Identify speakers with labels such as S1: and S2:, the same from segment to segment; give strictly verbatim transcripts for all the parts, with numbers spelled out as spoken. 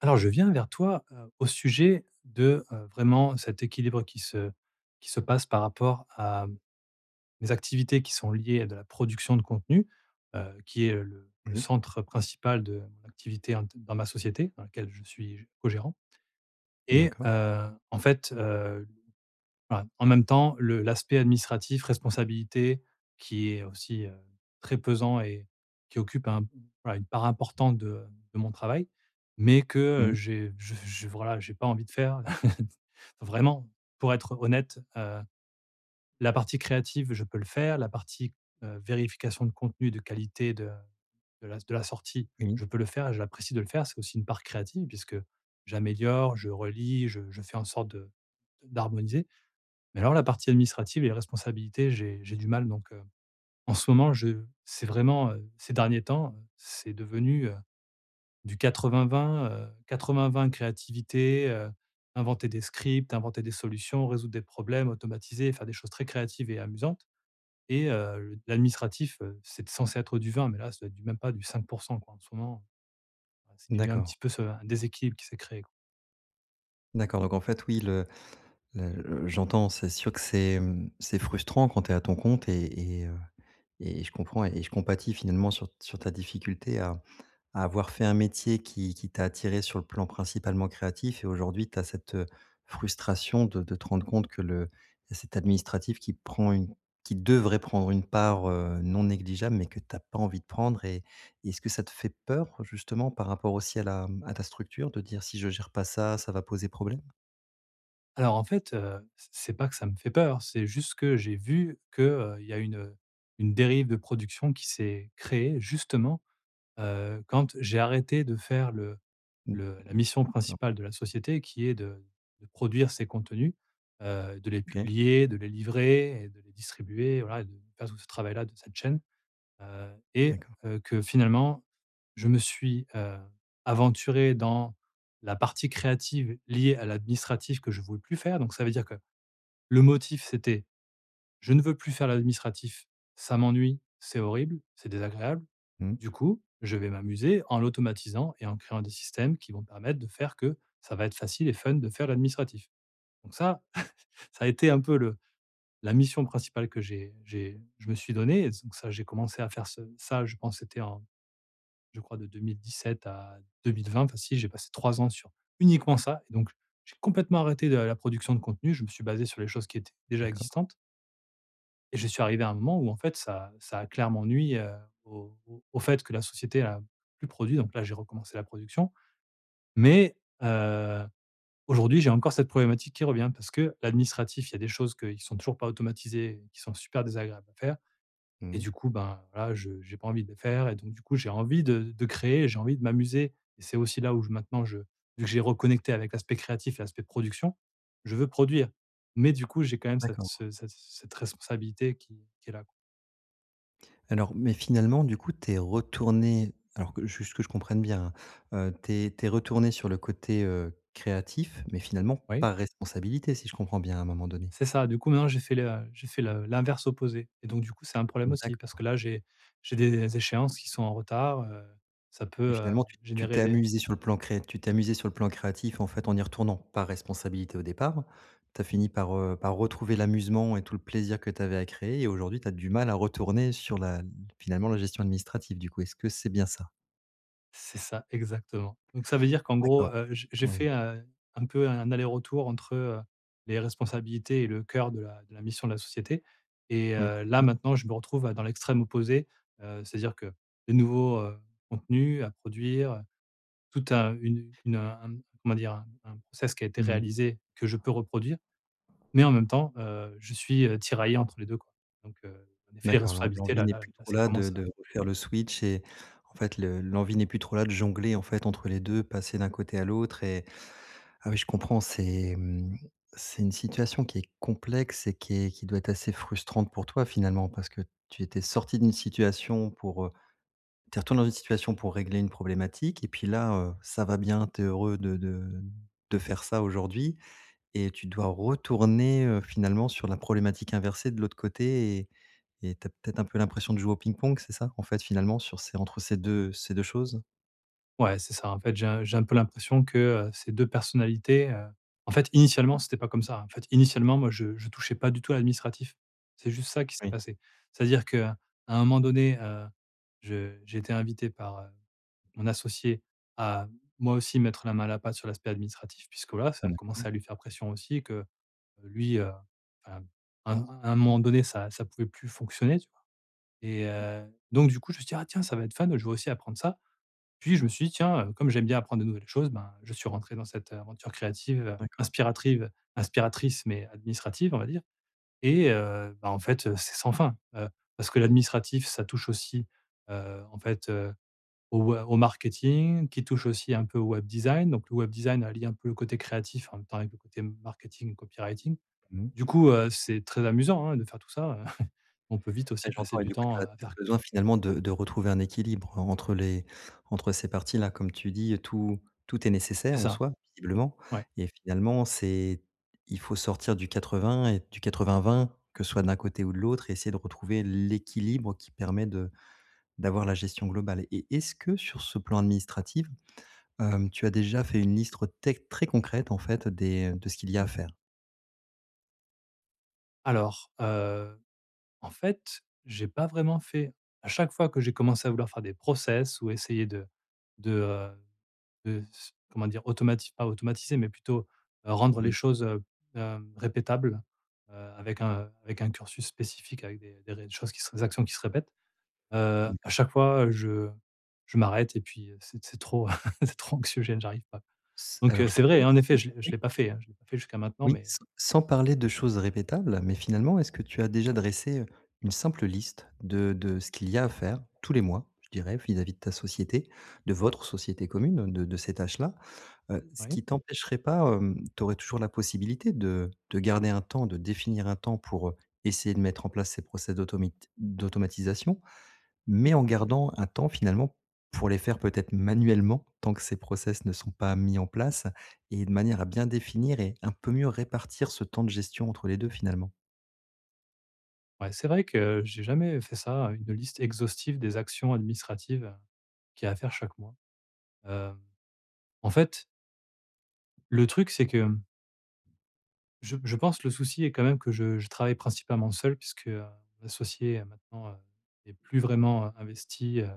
S1: Alors, je viens vers toi, heu, au sujet de, heu, vraiment cet équilibre qui se qui se passe par rapport à mes activités qui sont liées à de la production de contenu, heu, qui est le le
S2: Oui,
S1: centre principal de mon activité int dans ma société, dans laquelle je suis co-gérant et
S2: d'accord.
S1: heu, en fait, heu voilà. En même temps, le l'aspect administratif, responsabilité qui est aussi, heu, très pesant et qui occupe un voilà, une part importante de de mon travail, mais que, heu,
S2: Mmh.
S1: j'ai je je voilà, j'ai pas envie de faire. Vraiment, pour être honnête, heu, la partie créative, je peux le faire. La partie, heu, vérification de contenu, de qualité de de la de la sortie,
S2: Oui,
S1: je peux le faire et je l'apprécie de le faire. C'est aussi une part créative puisque j'améliore, je relis, je je fais en sorte de d'harmoniser. Mais alors la partie administrative et les responsabilités, j'ai j'ai du mal donc, heu, en ce moment, je c'est vraiment, heu, ces derniers temps, heu, c'est devenu, heu, du quatre-vingts vingt, heu, quatre-vingts vingt créativité, heu, inventer des scripts, inventer des solutions, résoudre des problèmes, automatiser, faire des choses très créatives et amusantes et heu, l'administratif, heu, c'est censé être du vingt mais là, ça doit être du même pas du cinq quoi en ce moment. Ouais, il y a eu un petit
S2: d'accord.
S1: peu ce un déséquilibre qui s'est créé quoi.
S2: D'accord, donc en fait, oui, le le le j'entends, c'est sûr que c'est, mmh, c'est frustrant quand tu es à ton compte et et heu, et je comprends et je compatis finalement sur sur ta difficulté à à avoir fait un métier qui qui t'a attiré sur le plan principalement créatif et aujourd'hui tu as cette, heu, frustration de de te rendre compte que le il y a cet administratif qui prend une qui devrait prendre une part, heu, non négligeable mais que tu as pas envie de prendre et et est-ce que ça te fait peur justement par rapport aussi à la à ta structure de dire: «Si je gère pas ça, ça va poser problème»?
S1: Alors en fait, heu, c c'est pas que ça me fait peur, c'est juste que j'ai vu que, il y a une, une dérive de production qui s'est créée justement, heu, quand j'ai arrêté de faire le
S2: Mmh,
S1: le la mission
S2: d'accord,
S1: principale de la société qui est de de produire ces contenus, heu, de les
S2: OK,
S1: publier, de les livrer et de les distribuer, voilà, de faire tout ce travail-là de cette chaîne. Heu et
S2: d'accord.
S1: heu, que finalement, je me suis, heu, aventuré dans la partie créative liée à l'administratif que je ne voulais plus faire. Donc ça veut dire que le motif, c'était: «Je ne veux plus faire l'administratif, ça m'ennuie, c'est horrible, c'est désagréable.
S2: Mmh,
S1: Du coup, je vais m'amuser en l'automatisant et en créant des systèmes qui vont permettre de faire que ça va être facile et fun de faire l'administratif». Donc ça, ça a été un peu le la mission principale que j'ai j'ai je me suis donnée et donc ça, j'ai commencé à faire ce ça, je pense, c'était en je crois de deux mille dix-sept à deux mille vingt facile, j'ai passé trois ans sur uniquement ça et donc j'ai complètement arrêté de la production de contenu. Je me suis basé sur les choses qui étaient déjà
S2: d'accord.
S1: existantes et je suis arrivé à un moment où en fait ça ça a clairement nui, heu, au au au fait que la société a plus produit, donc là j'ai recommencé la production. Mais, heu, aujourd'hui, j'ai encore cette problématique qui revient parce que l'administratif, il y a des choses que ils sont toujours pas automatisées, qui sont super désagréables à faire. Et
S2: Mmh,
S1: du coup, ben, voilà, je j'ai pas envie de le faire et donc du coup, j'ai envie de de créer, j'ai envie de m'amuser et c'est aussi là où je maintenant je vu que j'ai reconnecté avec l'aspect créatif et l'aspect production, je veux produire. Mais du coup, j'ai quand même cette
S2: d'accord.
S1: ce cette cette responsabilité qui qui est là, quoi.
S2: Alors, mais finalement, du coup, tu es retourné alors que juste que je comprenne bien, hein, heu, tu tu es retourné sur le côté, heu, créatif, mais finalement
S1: Oui.
S2: par responsabilité, si je comprends bien, à un moment donné?
S1: C'est ça, du coup, maintenant j'ai fait la j'ai fait le l'inverse opposé et donc du coup, c'est un problème aussi parce que
S2: D'accord
S1: là, j'ai j'ai des échéances qui sont en retard, heu, ça
S2: et
S1: peut, heu,
S2: finalement tu tu
S1: générer
S2: t'es
S1: des
S2: amusé sur le plan cré tu t'es amusé sur le plan créatif, en fait, en y retournant par responsabilité au départ. Tu as fini par, heu, par retrouver l'amusement et tout le plaisir que tu avais à créer et aujourd'hui, tu as du mal à retourner sur la finalement, la gestion administrative, du coup. Est-ce que c'est bien ça?
S1: C'est ça, exactement. Donc ça veut dire qu'en gros,
S2: D'accord,
S1: heu, j'ai j'ai fait,
S2: oui,
S1: heu, un peu un aller-retour entre, heu, les responsabilités et le cœur de la de la mission de la société et
S2: oui.
S1: heu, là, maintenant, je me retrouve, heu, dans l'extrême opposé, heu, c'est-à-dire que de nouveaux, heu, contenus à produire, tout un une une un comment dire? Un un process qui a été
S2: Mmh.
S1: réalisé que je peux reproduire, mais en même temps, heu, je suis, heu, tiraillé entre les deux. Quoi. Donc heu, en effet, les
S2: D'accord, l'en
S1: responsabilités
S2: l'envie
S1: là
S2: n'est
S1: là
S2: plus
S1: là,
S2: trop
S1: ça
S2: là de
S1: commence
S2: de refaire le switch et en fait, le l'envie n'est plus trop là de jongler, en fait, entre les deux, passer d'un côté à l'autre et ah oui, je comprends, c'est, mmh, c'est une situation qui est complexe et qui est qui doit être assez frustrante pour toi, finalement, parce que tu étais sorti d'une situation pour, heu, tu retourné dans une situation pour régler une problématique et puis là, heu, ça va bien, t'es heureux de de de faire ça aujourd'hui et tu dois retourner, heu, finalement sur la problématique inversée de l'autre côté et et tu peut-être un peu l'impression de jouer au ping-pong, c'est ça, en fait, finalement, sur ces entre ces deux ces deux choses?
S1: Ouais, c'est ça. En fait, j'ai un j'ai un peu l'impression que, heu, ces deux personnalités, heu, en fait, initialement, c'était pas comme ça. En fait, initialement, moi, je je touchais pas du tout à l'administratif. C'est juste ça qui s'est
S2: Oui,
S1: passé. C'est-à-dire que à un moment donné, heu, je j'ai été invité par, heu, mon associé à, moi aussi, mettre la main à la pâte sur l'aspect administratif puisque, là, ça a
S2: d'accord,
S1: commencé à lui faire pression aussi que, euh, lui, heu, enfin, à un à un moment donné, ça ça pouvait plus fonctionner, tu vois? Et heu, donc du coup, je me suis dit: «Ah tiens, ça va être fun, je vais aussi apprendre ça». Puis je me suis dit: «Tiens, heu, comme j'aime bien apprendre de nouvelles choses, ben, je suis rentré dans cette euh, aventure créative, heu,
S2: d'accord.
S1: inspiratrive inspiratrice mais administrative, on va dire» et heu, bah, en fait, heu, c'est sans fin, heu, parce que l'administratif, ça touche aussi, heu, en fait, heu, au we au marketing, qui touche aussi un peu au web design. Donc le web design allie un peu le côté créatif, en même temps, avec le côté marketing, et copywriting.
S2: Mmh.
S1: Du coup, heu, c'est très amusant, hein, de faire tout ça. On peut vite
S2: Ouais,
S1: aussi passer
S2: j'entends et
S1: du
S2: du coup, tu
S1: temps
S2: as
S1: à faire
S2: besoin finalement de de retrouver un équilibre entre les entre ces parties-là. Comme tu dis, tout tout est nécessaire
S1: c'est
S2: en
S1: ça,
S2: soi, visiblement
S1: ouais.
S2: et finalement, c'est il faut sortir du quatre-vingts et du quatre-vingts vingt, que ce soit d'un côté ou de l'autre et essayer de retrouver l'équilibre qui permet de d'avoir la gestion globale et est-ce que sur ce plan administratif, hem, tu as déjà fait une liste tec très concrète en fait des de ce qu'il y a à faire?
S1: Alors, heu En fait, j'ai pas vraiment fait à chaque fois que j'ai commencé à vouloir faire des process ou essayer de de, heu, de s comment dire? Automati pas automatiser, mais plutôt, heu, rendre les
S2: Mmh,
S1: choses, heu, hem, répétables, heu, avec un avec un cursus spécifique, avec des des ré choses qui se des actions qui se répètent. Heu,
S2: mmh.
S1: à chaque fois, je je m'arrête et puis, heu, c'est c'est trop c'est trop anxiogène, j'arrive pas.
S2: S
S1: Donc,
S2: Alors
S1: heu,
S2: je
S1: c'est
S2: te
S1: vrai,
S2: dirais
S1: hein, en effet,
S2: sans
S1: je ne l'ai je
S2: parler
S1: l'ai pas fait, hein, je l'ai pas fait jusqu'à maintenant,
S2: oui,
S1: mais
S2: sans sans parler de choses répétables, mais finalement, est-ce que tu as déjà dressé, une simple liste de de ce qu'il y a à faire tous les mois, je dirais, vis-à-vis de ta société, de votre société commune, de de ces tâches-là? Heu, ce
S1: oui?
S2: qui t'empêcherait pas, tu aurais toujours la possibilité de de garder un temps, de définir un temps pour, heu, essayer de mettre en place ces process d'automit d'automatisation, mais en gardant un temps finalement pour les faire peut-être manuellement, tant que ces process ne sont pas mis en place et de manière à bien définir et un peu mieux répartir ce temps de gestion entre les deux finalement.
S1: Ouais, c'est vrai que j'ai jamais fait ça, une liste exhaustive des actions administratives qu'il y a à faire chaque mois. Heu, en fait, le truc, c'est que je je pense que le souci est quand même que je je travaille principalement seul puisque, heu, mon associé euh, maintenant, heu, est plus vraiment euh, investi, heu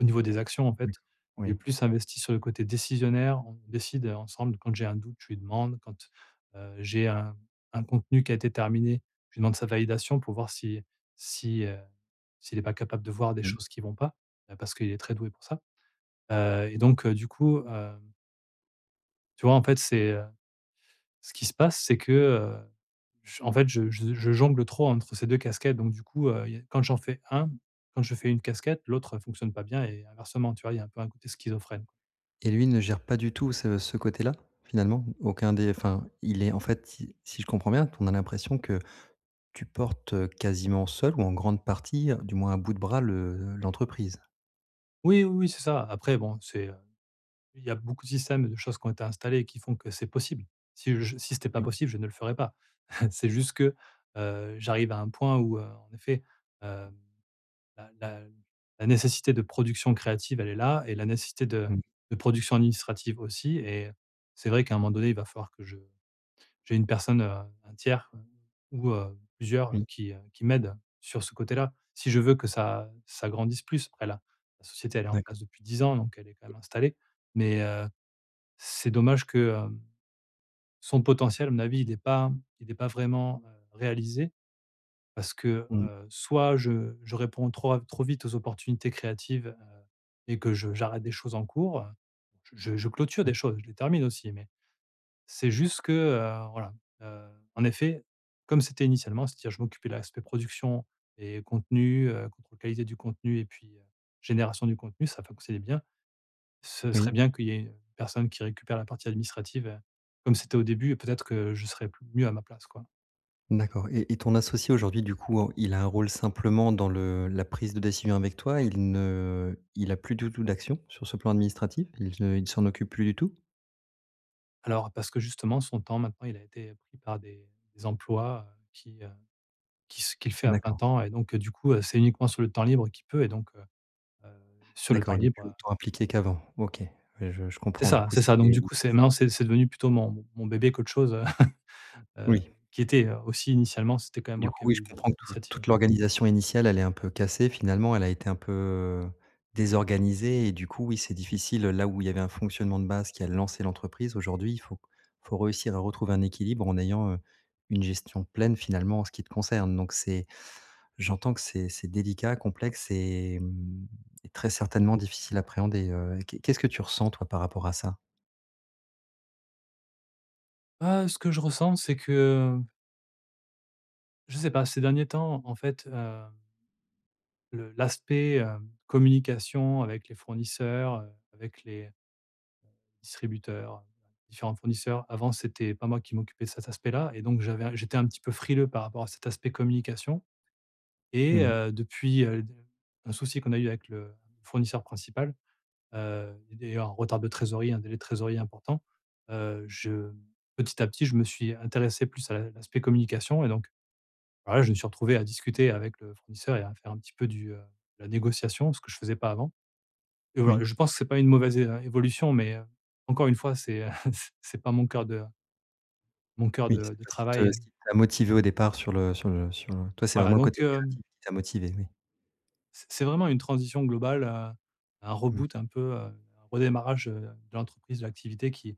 S1: Au niveau des actions, en fait,
S2: D'accord,
S1: il est
S2: oui.
S1: plus investi sur le côté décisionnaire. On décide euh, ensemble. Quand j'ai un doute, je lui demande. Quand, heu, j'ai un un contenu qui a été terminé, je lui demande sa validation pour voir si si, heu, s'il n'est pas capable de voir des
S2: Mmh.
S1: choses qui vont pas, heu, parce qu'il est très doué pour ça. Heu et donc heu, du coup, heu, tu vois, en fait, c'est, heu, ce qui se passe, c'est que, heu, j en fait, je je je jongle trop entre ces deux casquettes. Donc du coup, heu, il y a quand j'en fais un, quand je fais une casquette, l'autre fonctionne pas bien et inversement, tu vois? Il y a un peu un côté schizophrène.
S2: Et lui ne gère pas du tout ce ce côté-là, finalement? Aucun des enfin, il est en fait, si si je comprends bien, on a l'impression que tu portes, heu, quasiment seul ou en grande partie, du moins à bout de bras, le l'entreprise?
S1: Oui, oui, oui, c'est ça. Après bon, c'est, heu, il y a beaucoup de systèmes et de choses qui ont été installées et qui font que c'est possible. Si je si c'était pas
S2: Oui,
S1: possible, je ne le ferais pas. C'est juste que, heu, j'arrive à un point où, heu, en effet, heu, la la la nécessité de production créative, elle est là et la nécessité de
S2: mmh,
S1: de production administrative aussi et c'est vrai qu'à un moment donné, il va falloir que je j'ai une personne, heu, un tiers ou heu, plusieurs euh,
S2: oui,
S1: qui, heu, qui m'aident sur ce côté-là. Si je veux que ça ça grandisse plus, après la la société, elle est en place
S2: d'accord.
S1: depuis dix ans, donc elle est quand même installée. Mais heu, c'est dommage que, hem, son potentiel, à mon avis, il n'est pas il est pas vraiment, heu, réalisé parce que,
S2: Mmh,
S1: heu, soit je je réponds trop ra trop vite aux opportunités créatives, heu et que je j'arrête des choses en cours, je je clôture
S2: mmh,
S1: des choses, je les termine aussi, mais c'est juste que, heu, voilà, heu, en effet, comme c'était initialement, c'est-à-dire je m'occupais de l'aspect production et contenu, heu, contrôle qualité du contenu et puis, heu, génération du contenu, ça fonctionnait bien. Ce serait
S2: oui,
S1: bien qu'il y ait une personne qui récupère la partie administrative, heu, comme c'était au début et peut-être que je serais plus mieux à ma place, quoi.
S2: d'accord et et ton associé aujourd'hui, du coup, en il a un rôle simplement dans le la prise de décision avec toi? Il ne Il a plus du tout d'action sur ce plan administratif? Il ne Il s'en occupe plus du tout?
S1: Alors parce que justement son temps maintenant, il a été pris par des des emplois, heu, qui, heu, qui s qu'il fait à plein
S2: D'accord,
S1: temps et donc, heu, du coup, heu, c'est uniquement sur le temps libre qu'il peut et donc, heu heu, sur le
S2: d'accord,
S1: temps
S2: il est plus
S1: libre,
S2: autant impliqué qu'avant. OK, ouais, je je
S1: C'est
S2: comprends, du
S1: ça,
S2: coup,
S1: c'est ça. Donc
S2: c'est
S1: du coup, c'est maintenant
S2: c'est
S1: c'est c'est devenu plutôt mon mon bébé qu'autre chose, heu, heu,
S2: oui.
S1: qui était, heu, aussi initialement, c'était quand même
S2: Du
S1: moi qui
S2: coup,
S1: avais
S2: oui,
S1: eu
S2: je
S1: le
S2: comprends que tout
S1: l'initiative.
S2: toute l'organisation initiale, elle est un peu cassée finalement, elle a été un peu, heu, désorganisée et du coup, oui, c'est difficile, là où il y avait un fonctionnement de base qui a lancé l'entreprise. Aujourd'hui, il faut faut réussir à retrouver un équilibre en ayant, heu, une gestion pleine finalement en ce qui te concerne. Donc c'est j'entends que c'est c'est délicat, complexe et mmh et très certainement difficile à appréhender, heu, qu'est qu'est-ce que tu ressens toi par rapport à ça?
S1: Ah, ce que je ressens, c'est que, je sais pas, ces derniers temps, en fait, heu, le l'aspect, heu, communication avec les fournisseurs, heu, avec les distributeurs, différents fournisseurs. Avant, c'était pas moi qui m'occupais de cet aspect-là et donc j'avais j'étais un petit peu frileux par rapport à cet aspect communication. Et
S2: Mmh,
S1: heu, depuis, heu, un souci qu'on a eu avec le fournisseur principal, heu, et un retard de trésorerie, un délai de trésorerie important, heu, je petit à petit, je me suis intéressé plus à l'a l'aspect communication et donc voilà, je me suis retrouvé à discuter avec le fournisseur et à faire un petit peu du, heu, de la négociation, ce que je faisais pas avant. Et voilà,
S2: oui,
S1: je pense que c'est pas une mauvaise é évolution, mais, heu, encore une fois, c'est, c'est pas mon cœur de mon cœur
S2: oui, c'est
S1: de de
S2: pas ce qui te
S1: travail.
S2: ce qui t'a motivé au départ sur le sur le sur le toi, c'est
S1: Voilà
S2: vraiment le
S1: donc,
S2: côté
S1: heu
S2: créatif qui t'a motivé, oui.
S1: C'est c'est vraiment une transition globale, heu, un
S2: Mmh,
S1: reboot un peu, heu, un redémarrage, heu, de l'entreprise, de l'activité qui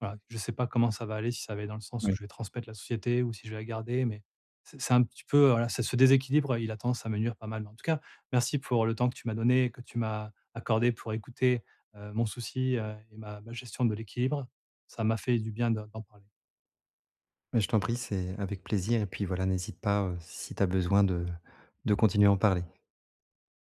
S1: voilà, je ne sais pas comment ça va aller, si ça va aller dans le sens où
S2: oui,
S1: je vais transmettre la société ou si je vais la garder, mais c'est c'est un petit peu, voilà, c'est ce déséquilibre, il a tendance à me nuire pas mal. Mais en tout cas, merci pour le temps que tu m'as donné, que tu m'as accordé pour écouter, heu, mon souci, heu, et ma ma gestion de l'équilibre. Ça m'a fait du bien de d'en parler.
S2: mais je t'en prie, c'est avec plaisir et puis voilà, n'hésite pas, heu, si tu as besoin de de continuer à en parler.